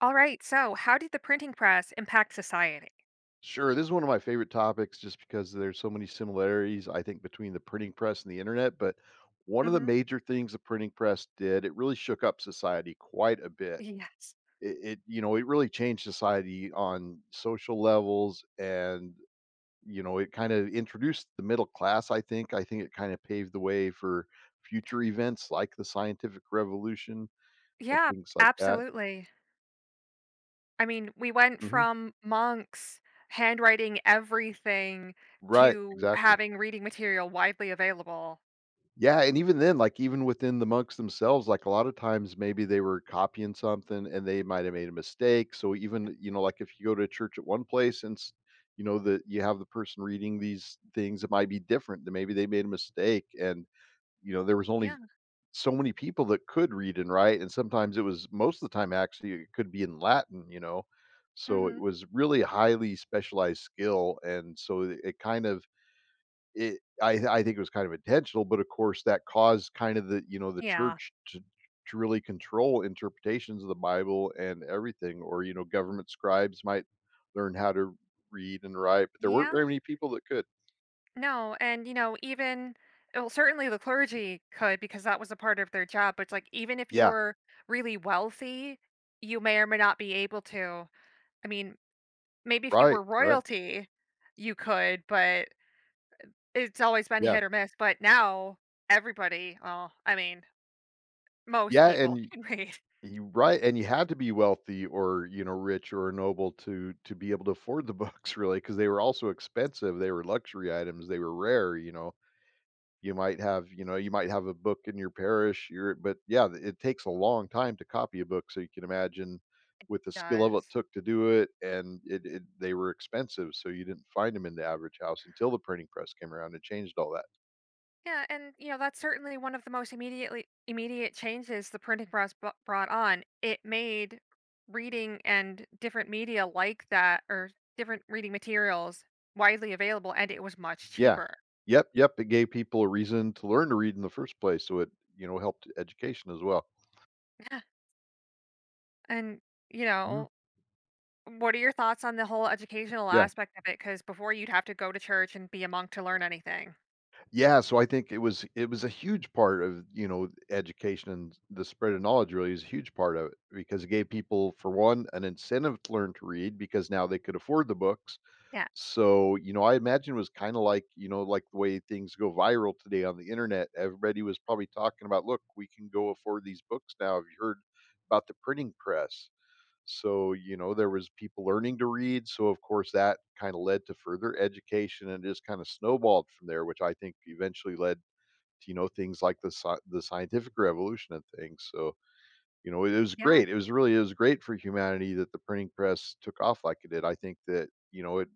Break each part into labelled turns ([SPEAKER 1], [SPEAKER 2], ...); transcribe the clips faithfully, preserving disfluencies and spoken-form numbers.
[SPEAKER 1] All right. So how did the printing press impact society?
[SPEAKER 2] Sure. This is one of my favorite topics just because there's so many similarities, I think, between the printing press and the internet. But one of the
[SPEAKER 1] Hmm.
[SPEAKER 2] major things the printing press did, it really shook up society quite a bit.
[SPEAKER 1] Yes.
[SPEAKER 2] It, it you know, it really changed society on social levels and you know, it kind of introduced the middle class, I think. I think it kind of paved the way for future events like the scientific revolution and
[SPEAKER 1] Yeah,
[SPEAKER 2] things like that.
[SPEAKER 1] absolutely. I mean, we went
[SPEAKER 2] Hmm.
[SPEAKER 1] from monks handwriting everything
[SPEAKER 2] Right,
[SPEAKER 1] to
[SPEAKER 2] exactly.
[SPEAKER 1] having reading material widely available.
[SPEAKER 2] Yeah, and even then, like, even within the monks themselves, like, a lot of times maybe they were copying something and they might have made a mistake. So even, you know, like if you go to church at one place and s- you know that you have the person reading these things that might be different. That maybe they made a mistake and you know there was only
[SPEAKER 1] Yeah.
[SPEAKER 2] so many people that could read and write, and sometimes it was most of the time, actually, it could be in Latin, you know. So it
[SPEAKER 1] Hmm.
[SPEAKER 2] was really highly specialized skill, and so it kind of it I I think it was kind of intentional, but of course that caused kind of the, you know, the
[SPEAKER 1] Yeah.
[SPEAKER 2] church to to really control interpretations of the Bible and everything. Or, you know, government scribes might learn how to read and write, but there weren't
[SPEAKER 1] Yeah.
[SPEAKER 2] very many people that could.
[SPEAKER 1] No. And, you know, even, well, certainly the clergy could because that was a part of their job. But it's like, even if you
[SPEAKER 2] Yeah,
[SPEAKER 1] were really wealthy, you may or may not be able to. I mean, maybe if you
[SPEAKER 2] right,
[SPEAKER 1] were
[SPEAKER 2] right,
[SPEAKER 1] royalty, you could, but it's always been
[SPEAKER 2] yeah.
[SPEAKER 1] hit or miss, but now everybody, well, I mean, most
[SPEAKER 2] Yeah, and
[SPEAKER 1] people
[SPEAKER 2] y
[SPEAKER 1] can read.
[SPEAKER 2] you right, and you had to be wealthy or, you know, rich or noble to to be able to afford the books, really, because they were also expensive, they were luxury items, they were rare, you know? You might have, you know, you might have a book in your parish, you're but yeah, th- it takes a long time to copy a book, so you can imagine with the skill level it
[SPEAKER 1] Does.
[SPEAKER 2] took to do it, and it it they were expensive, so you didn't find find them in the average house until the printing press came around and changed all that.
[SPEAKER 1] Yeah, and, you know, that's certainly one of the most immediately immediate changes the printing press b brought on. It made reading and different media like that, or different reading materials, widely available, and it was much
[SPEAKER 2] Yeah.
[SPEAKER 1] cheaper.
[SPEAKER 2] Yep, yep, it gave people a reason to learn to read in the first place, so it, you know, helped education as well.
[SPEAKER 1] Yeah, and, you
[SPEAKER 2] Mhm.
[SPEAKER 1] know. What are your thoughts on the whole educational
[SPEAKER 2] Yeah.
[SPEAKER 1] aspect of it? Because before, you'd have to go to church and be a monk to learn anything.
[SPEAKER 2] Yeah, so I think it was it was a huge part of, you know, education, and the spread of knowledge really is a huge part of it because it gave people, for one, an incentive to learn to read because now they could afford the books.
[SPEAKER 1] Yes.
[SPEAKER 2] So, you know, I imagine it was kind of like, you know, like the way things go viral today on the internet. Everybody was probably talking about, look, we can go afford these books now. Have you heard about the printing press? So, you know, there was people learning to read, so of course that kind of led to further education, and it just kind of snowballed from there, which I think eventually led to, you know, things like the sci- the scientific revolution and things. So, you know, it was great. It
[SPEAKER 1] Yes,
[SPEAKER 2] was really it was great for humanity that the printing press took off like it did. I think that, you know, it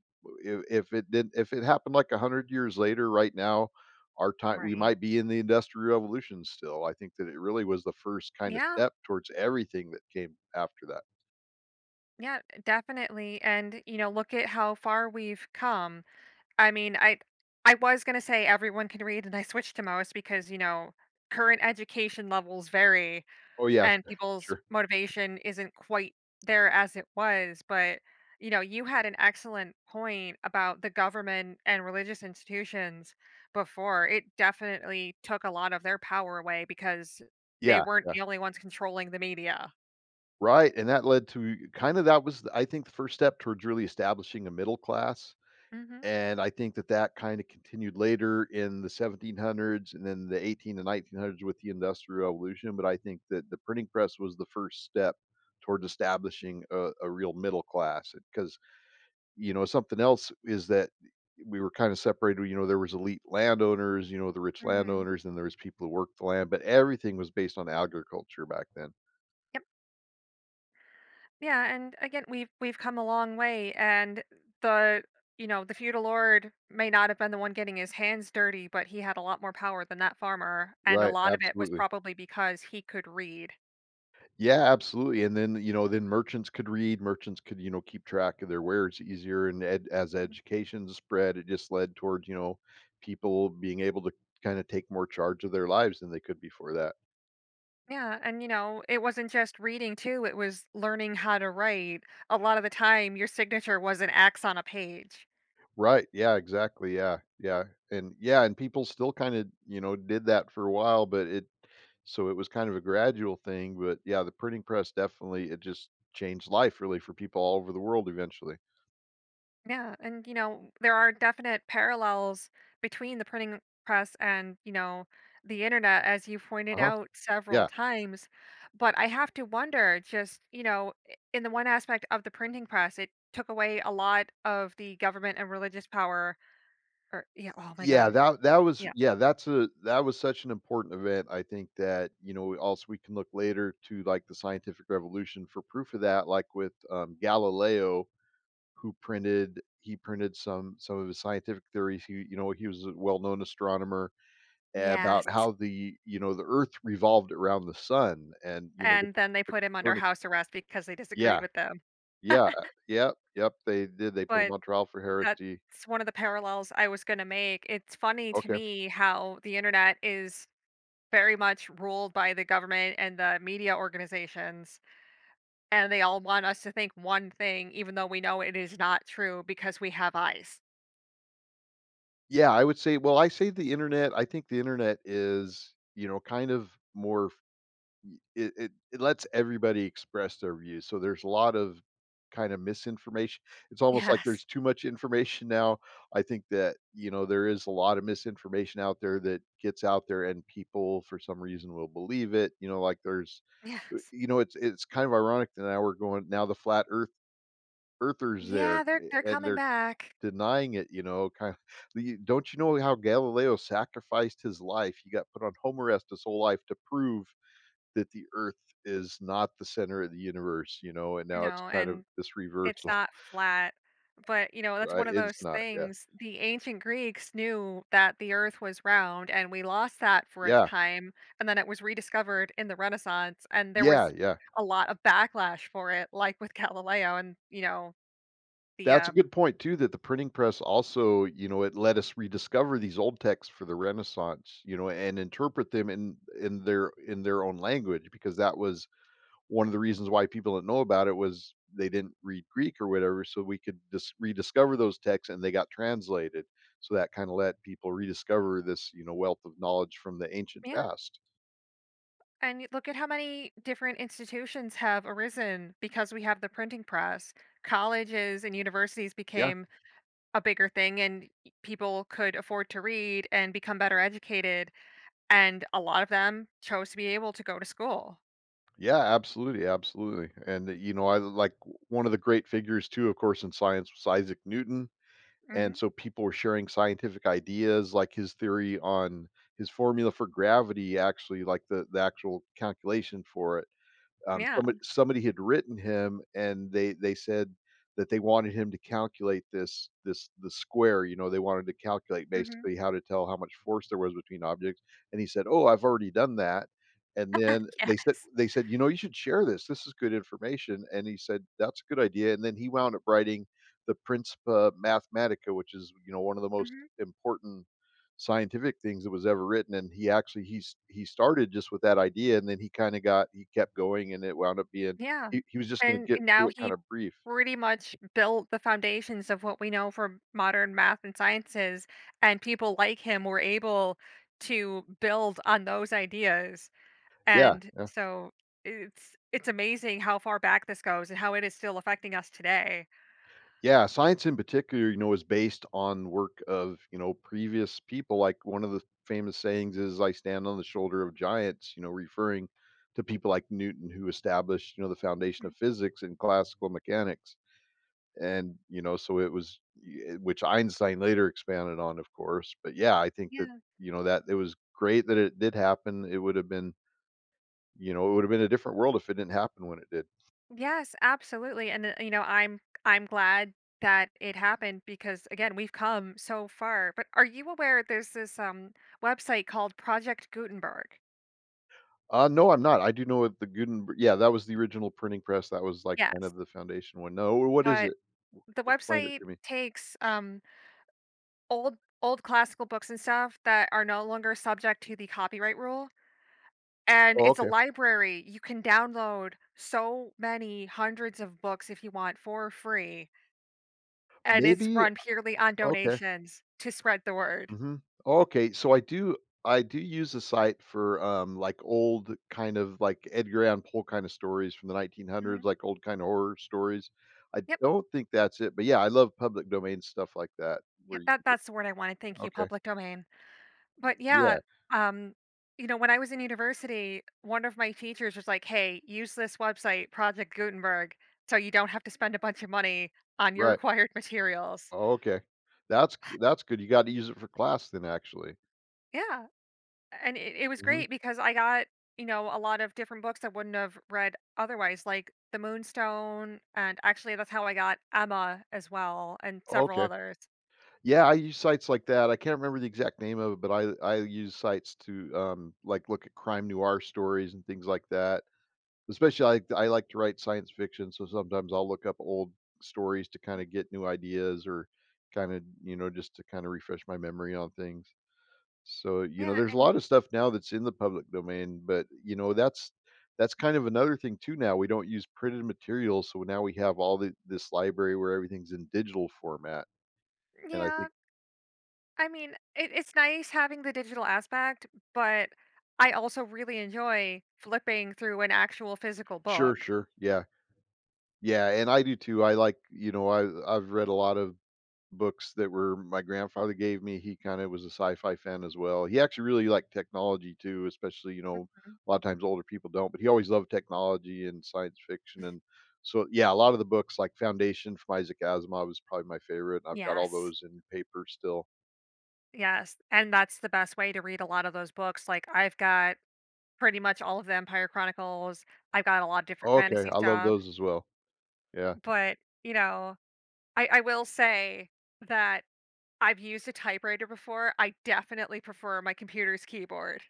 [SPEAKER 2] if, if it did if it happened like one hundred years later right now, our time, we
[SPEAKER 1] right.
[SPEAKER 2] might be in the industrial revolution still. I think that it really was the first kind of
[SPEAKER 1] Yeah,
[SPEAKER 2] step towards everything that came after that.
[SPEAKER 1] yeah, definitely, and, you know, look at how far we've come. I mean, I I was gonna say everyone can read, and I switched to most because, you know, current education levels vary,
[SPEAKER 2] Oh, yeah,
[SPEAKER 1] and
[SPEAKER 2] sure,
[SPEAKER 1] people's
[SPEAKER 2] sure.
[SPEAKER 1] motivation isn't quite there as it was. But, you know, you had an excellent point about the government and religious institutions before. It definitely took a lot of their power away because they
[SPEAKER 2] Yeah,
[SPEAKER 1] weren't
[SPEAKER 2] yeah.
[SPEAKER 1] the only ones controlling the media.
[SPEAKER 2] Right, and that led to kinda that was, I think, the first step towards really establishing a middle class,
[SPEAKER 1] Hmm.
[SPEAKER 2] and I think that that kinda continued later in the seventeen hundreds and then the eighteen and nineteen hundreds with the Industrial Revolution. But I think that the printing press was the first step towards establishing a a real middle class because you know, something else is that we were kinda separated, you know, there was elite landowners, you know, the rich
[SPEAKER 1] Hmm.
[SPEAKER 2] landowners, and there was people who worked the land, but everything was based on agriculture back then.
[SPEAKER 1] Yep. Yeah, and again, we've we've come a long way, and the, you know, the feudal lord may not have been the one getting his hands dirty, but he had a lot more power than that farmer, and a
[SPEAKER 2] Right,
[SPEAKER 1] lot of it was
[SPEAKER 2] absolutely.
[SPEAKER 1] probably because he could read.
[SPEAKER 2] Yeah, absolutely, and then, you know, then merchants could read, merchants could, you know, keep track of their wares easier, and ed as education spread, it just led towards, you know, people being able to kinda take more charge of their lives than they could before that.
[SPEAKER 1] Yeah, and you know, it wasn't just reading too; it was learning how to write. A lot of the time, your signature was an X on a page.
[SPEAKER 2] Right, yeah, exactly, yeah, yeah, and yeah, and people still kinda, you know, did that for a while, but it so it was kind of a gradual thing. But yeah, the printing press definitely it just changed life really for people all over the world eventually.
[SPEAKER 1] Yeah, and you know, there are definite parallels between the printing press and, you know, the internet, as you pointed
[SPEAKER 2] Uh-huh,
[SPEAKER 1] out several
[SPEAKER 2] yeah.
[SPEAKER 1] times. But I have to wonder, just, you know, i- in the one aspect of the printing press, it took away a lot of the government and religious power. Or, yeah, oh my
[SPEAKER 2] Yeah,
[SPEAKER 1] God.
[SPEAKER 2] that that was
[SPEAKER 1] Yeah.
[SPEAKER 2] yeah, that's a that was such an important event. I think that, you know, also we can look later to like the scientific revolution for proof of that, like with um, Galileo, who printed he printed some some of his scientific theories. He, you know, he was a well-known astronomer eh,
[SPEAKER 1] Yes.
[SPEAKER 2] about how the you know the Earth revolved around the sun, and you know the,
[SPEAKER 1] And then they
[SPEAKER 2] the
[SPEAKER 1] put him under
[SPEAKER 2] Copernic.
[SPEAKER 1] house arrest because they disagreed
[SPEAKER 2] Yeah,
[SPEAKER 1] with them.
[SPEAKER 2] yeah, yep, yep. They did. They put him
[SPEAKER 1] But
[SPEAKER 2] on trial for
[SPEAKER 1] that's
[SPEAKER 2] heresy.
[SPEAKER 1] one of the parallels I was going to make. It's funny to
[SPEAKER 2] Okay.
[SPEAKER 1] me how the internet is very much ruled by the government and the media organizations, and they all want us to think one thing, even though we know it is not true because we have eyes.
[SPEAKER 2] Yeah, I would say well, I say the internet I think the internet is, you know, kind of more f y it it it lets everybody express their views, so there's a lot of kinda misinformation. It's almost like there's
[SPEAKER 1] Yes,
[SPEAKER 2] too much information now. I think that, you know, there is a lot of misinformation out there that gets out there, and people for some reason will believe it, you know, like there's uh,
[SPEAKER 1] yes.
[SPEAKER 2] you know, it's it's kind of ironic that now we're going now the flat earth earthers there,
[SPEAKER 1] Yeah, they're they're
[SPEAKER 2] a and
[SPEAKER 1] coming
[SPEAKER 2] they're
[SPEAKER 1] back.
[SPEAKER 2] denying it, you know, kind of. You don't you know how Galileo sacrificed his life? He got put on home arrest his whole life to prove that the earth is not the center of the universe, you know, and now it's
[SPEAKER 1] No,
[SPEAKER 2] kind of
[SPEAKER 1] and
[SPEAKER 2] this
[SPEAKER 1] it's
[SPEAKER 2] reversal,
[SPEAKER 1] not flat. But, you know, that's
[SPEAKER 2] right?
[SPEAKER 1] one of
[SPEAKER 2] It's
[SPEAKER 1] those
[SPEAKER 2] not, yeah.
[SPEAKER 1] things. The ancient Greeks knew that the earth was round, and we lost that for a
[SPEAKER 2] Yeah.
[SPEAKER 1] time, and then it was rediscovered in the Renaissance, and there
[SPEAKER 2] Yeah,
[SPEAKER 1] was
[SPEAKER 2] yeah.
[SPEAKER 1] a lot of backlash for it, like with Galileo and, you know, the,
[SPEAKER 2] That's
[SPEAKER 1] uh
[SPEAKER 2] a good point too that the printing press also, you know, it let us rediscover these old texts for the Renaissance, you know, and interpret them in in their in their own language because that was one of the reasons why people didn't know about it was they didn't read Greek or whatever, so we could dis- rediscover those texts and they got translated. So that kind of let people rediscover this, you know, wealth of knowledge from the ancient
[SPEAKER 1] Yeah,
[SPEAKER 2] past.
[SPEAKER 1] and y- look at how many different institutions have arisen because we have the printing press. Colleges and universities
[SPEAKER 2] Yeah,
[SPEAKER 1] became a bigger thing, and y- people could afford to read and become better educated. And a lot of them chose to be able to go to school.
[SPEAKER 2] yeah, absolutely, absolutely. And uh, you know, I like one of the great figures too, of course, in science was Isaac Newton.
[SPEAKER 1] Hmm.
[SPEAKER 2] And so people were sharing scientific ideas, like his theory on his formula for gravity, actually, like the the actual calculation for it, um,
[SPEAKER 1] Yeah.
[SPEAKER 2] somebody somebody had written him, and they they said that they wanted him to calculate this this the square. You know, they wanted to calculate
[SPEAKER 1] Hmm.
[SPEAKER 2] basically how to tell how much force there was between objects, and he said, "Oh, I've already done that." And then they said
[SPEAKER 1] Yes.
[SPEAKER 2] they said, "You know, you should share this. This is good information." And he said, "That's a good idea." And then he wound up writing the Principia Mathematica, which is you know one of the most
[SPEAKER 1] Hmm.
[SPEAKER 2] important scientific things that was ever written. And he actually he's he started just with that idea, and then he kind of got he kept going, and it wound up being
[SPEAKER 1] Yeah.
[SPEAKER 2] he, he was just going to
[SPEAKER 1] And
[SPEAKER 2] get through
[SPEAKER 1] now
[SPEAKER 2] it kind
[SPEAKER 1] he
[SPEAKER 2] of brief.
[SPEAKER 1] pretty much built the foundations of what we know for modern math and sciences, and people like him were able to build on those ideas.
[SPEAKER 2] Yeah,
[SPEAKER 1] And
[SPEAKER 2] yeah,
[SPEAKER 1] so it's it's amazing how far back this goes and how it is still affecting us today.
[SPEAKER 2] yeah, science in particular, you know, is based on work of, you know, previous people. Like one of the famous sayings is I stand on the shoulder of giants, you know, referring to people like Newton who established, you know, the foundation
[SPEAKER 1] Mhm.
[SPEAKER 2] of physics and classical mechanics, and you know so it was eh, which Einstein later expanded on, of course. But yeah, I think that
[SPEAKER 1] Yeah.
[SPEAKER 2] you know that it was great that it did happen. It would have been you know it would have been a different world if it didn't happen when it did.
[SPEAKER 1] Yes, absolutely. And uh, you know, I'm I'm glad that it happened because, again, we've come so far. But are you aware there's this, um website called Project Gutenberg?
[SPEAKER 2] uh no, I'm not. I do know what the Gutenberg, yeah, that was the original printing press, that was like kind of
[SPEAKER 1] Yes.
[SPEAKER 2] the foundation one. No, what is
[SPEAKER 1] But
[SPEAKER 2] it?
[SPEAKER 1] the
[SPEAKER 2] Explain it
[SPEAKER 1] website
[SPEAKER 2] to me.
[SPEAKER 1] takes, um old old classical books and stuff that are no longer subject to the copyright rule, and
[SPEAKER 2] Oh,
[SPEAKER 1] it's a
[SPEAKER 2] okay.
[SPEAKER 1] library. You can download so many hundreds of books if you want for free, and it's
[SPEAKER 2] Maybe.
[SPEAKER 1] run purely on
[SPEAKER 2] Okay.
[SPEAKER 1] donations to spread the word.
[SPEAKER 2] Mhm. Okay, so I do I do use the site for, um, like, old kind of, like, Edgar Allan Poe kinda stories from the nineteen hundreds,
[SPEAKER 1] Mhm.
[SPEAKER 2] like, old kind of horror stories. I
[SPEAKER 1] Yep,
[SPEAKER 2] don't think that's it, but yeah, I love public domain stuff like that where
[SPEAKER 1] yep,
[SPEAKER 2] you
[SPEAKER 1] that,
[SPEAKER 2] can get.
[SPEAKER 1] that's the word I wanted, thank you,
[SPEAKER 2] Okay.
[SPEAKER 1] public domain. But yeah,
[SPEAKER 2] Yeah,
[SPEAKER 1] um, you know, when I was in university, one of my teachers was like, "Hey, use this website, Project Gutenberg, so you don't have to spend a bunch of money on your
[SPEAKER 2] right.
[SPEAKER 1] required materials."
[SPEAKER 2] Oh, okay. That's g that's good. You gotta use it for class, then, actually.
[SPEAKER 1] Yeah, and it, it was
[SPEAKER 2] Mhm.
[SPEAKER 1] great because I got, you know, a lot of different books I wouldn't have read otherwise, like The Moonstone, and actually that's how I got Emma as well, and several
[SPEAKER 2] Okay.
[SPEAKER 1] others.
[SPEAKER 2] Yeah, I use sites like that. I can't remember the exact name of it, but I I use sites to, um, like, look at crime noir stories and things like that. Especially, I like I like to write science fiction, so sometimes I'll look up old stories to kinda get new ideas or kinda, you know, just to kinda refresh my memory on things. So, you know,
[SPEAKER 1] Yeah,
[SPEAKER 2] there's a
[SPEAKER 1] and
[SPEAKER 2] lot of stuff now that's in the public domain, but, you know, that's that's kind of another thing too now. We don't use printed materials, so now we have all the this library where everything's in digital format, and I
[SPEAKER 1] yeah,
[SPEAKER 2] think.
[SPEAKER 1] I mean, it, it's nice having the digital aspect, but I also really enjoy flipping through an actual physical
[SPEAKER 2] Sure,
[SPEAKER 1] book.
[SPEAKER 2] sure, yeah. Yeah, and I do too, I like you know, I I've read a lot of books that were my grandfather gave me. He kind of was a sci-fi fan as well. He actually really liked technology too, especially, you know,
[SPEAKER 1] Mhm.
[SPEAKER 2] a lot of times older people don't, but he always loved technology and science fiction, and so yeah, a lot of the books like Foundation from Isaac Asimov is probably my favorite. I've got all
[SPEAKER 1] Yes.
[SPEAKER 2] those in paper still.
[SPEAKER 1] Yes. And that's the best way to read a lot of those books. Like, I've got pretty much all of the Empire Chronicles. I've got a lot of different
[SPEAKER 2] Okay,
[SPEAKER 1] fantasy
[SPEAKER 2] I love
[SPEAKER 1] stuff.
[SPEAKER 2] those as well. Yeah.
[SPEAKER 1] But, you know, I, I will say that I've used a typewriter before. I definitely prefer my computer's keyboard.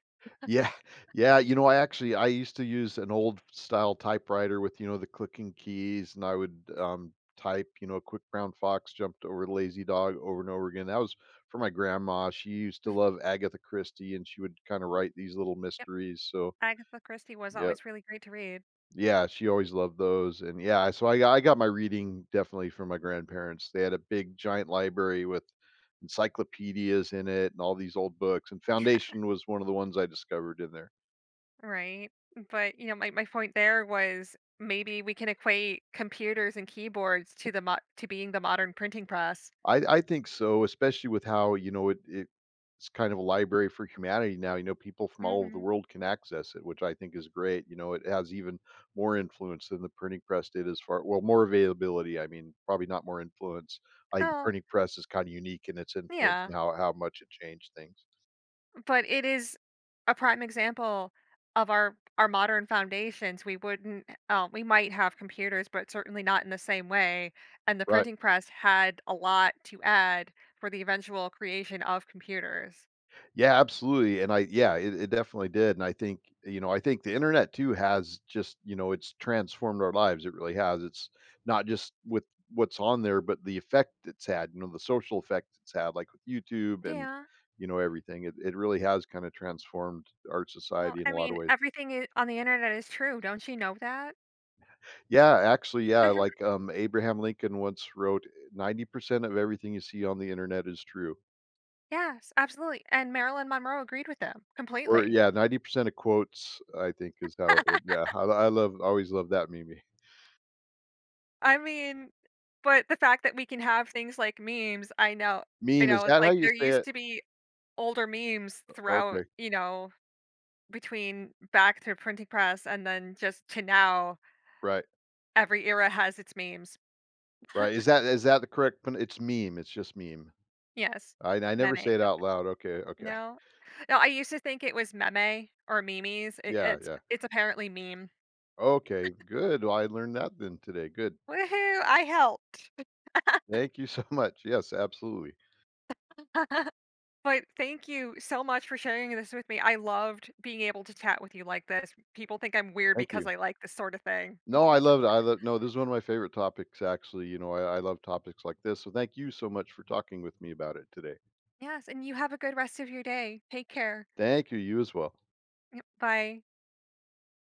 [SPEAKER 2] Yeah, yeah, you know, I actually I used to use an old style typewriter with, you know, the clicking keys, and I would, um, type, you know, "Quick Brown Fox jumped over the lazy dog" over and over again. That was for my grandma. She used to love Agatha Christie, and she would kinda
[SPEAKER 1] Oh,
[SPEAKER 2] write these little
[SPEAKER 1] yep.
[SPEAKER 2] mysteries, so
[SPEAKER 1] Agatha Christie was
[SPEAKER 2] yeah.
[SPEAKER 1] always really great to read.
[SPEAKER 2] Yeah, she always loved those, and, yeah, so I got I got my reading definitely from my grandparents. They had a big giant library with encyclopedias in it and all these old books, and Foundation was one of the ones I discovered in there.
[SPEAKER 1] Right. But, you know, my, my point there was maybe we can equate computers and keyboards to the mo- to being the modern printing press.
[SPEAKER 2] I I think so, especially with how, you know, it it it's kind of a library for humanity now. You know, people from all over the
[SPEAKER 1] Hmm.
[SPEAKER 2] world can access it, which I think is great. You know, it has even more influence than the printing press did as far well, more availability, I mean, probably not more influence. I think the
[SPEAKER 1] Oh,
[SPEAKER 2] printing press is kinda unique in its influence
[SPEAKER 1] yeah.
[SPEAKER 2] and how how much it changed things.
[SPEAKER 1] But it is a prime example of our our modern foundations. We wouldn't, uh, we might have computers, but certainly not in the same way. And the
[SPEAKER 2] Right.
[SPEAKER 1] printing press had a lot to add for the eventual creation of computers.
[SPEAKER 2] Yeah, absolutely, and I yeah, it it definitely did, and I think, you know, I think the internet too has just, you know, it's transformed our lives, it really has. It's not just with what's on there, but the effect it's had, you know, the social effect it's had, like with YouTube and,
[SPEAKER 1] Yeah.
[SPEAKER 2] you know, everything. It it really has kinda transformed our
[SPEAKER 1] Well,
[SPEAKER 2] society in a
[SPEAKER 1] I
[SPEAKER 2] lot of
[SPEAKER 1] mean,
[SPEAKER 2] ways.
[SPEAKER 1] everything i- on the internet is true. Don't you know that?
[SPEAKER 2] Yeah, actually, yeah, like, um, Abraham Lincoln once wrote, "ninety percent of everything you see on the internet is true."
[SPEAKER 1] Yes, absolutely, and Marilyn Monroe agreed with them
[SPEAKER 2] Or
[SPEAKER 1] completely.
[SPEAKER 2] yeah, ninety percent of quotes, I think is how it would yeah, I I love always love that meme.
[SPEAKER 1] I mean, but the fact that we can have things like memes, I know. I
[SPEAKER 2] Meme, is
[SPEAKER 1] know, it's
[SPEAKER 2] that how
[SPEAKER 1] like
[SPEAKER 2] you
[SPEAKER 1] there
[SPEAKER 2] say
[SPEAKER 1] used
[SPEAKER 2] it?
[SPEAKER 1] to be older memes throughout,
[SPEAKER 2] Okay,
[SPEAKER 1] you know, between back to printing press and then just to now,
[SPEAKER 2] right,
[SPEAKER 1] every era has its memes.
[SPEAKER 2] right. Is that is that the correct pron it's meme, it's just meme.
[SPEAKER 1] Yes,
[SPEAKER 2] I I never
[SPEAKER 1] meme.
[SPEAKER 2] say it
[SPEAKER 1] Ep,
[SPEAKER 2] out loud. Okay, okay.
[SPEAKER 1] no? No, I used to think it was meme or memes. It
[SPEAKER 2] Yeah,
[SPEAKER 1] it's
[SPEAKER 2] yeah.
[SPEAKER 1] it's apparently meme.
[SPEAKER 2] Okay, good. Well, I learned that then today, good.
[SPEAKER 1] Woohoo, I helped.
[SPEAKER 2] Thank you so much. Yes, absolutely.
[SPEAKER 1] But thank you so much for sharing this with me. I loved being able to chat with you like this. People think I'm weird
[SPEAKER 2] Thank
[SPEAKER 1] because
[SPEAKER 2] you.
[SPEAKER 1] I like this sort of thing.
[SPEAKER 2] No, I loved it, I love no, this is one of my favorite topics actually, you know, I I love topics like this, so thank you so much for talking with me about it today.
[SPEAKER 1] Yes, and you have a good rest of your day. Take care.
[SPEAKER 2] Thank you, you as well.
[SPEAKER 1] Bye.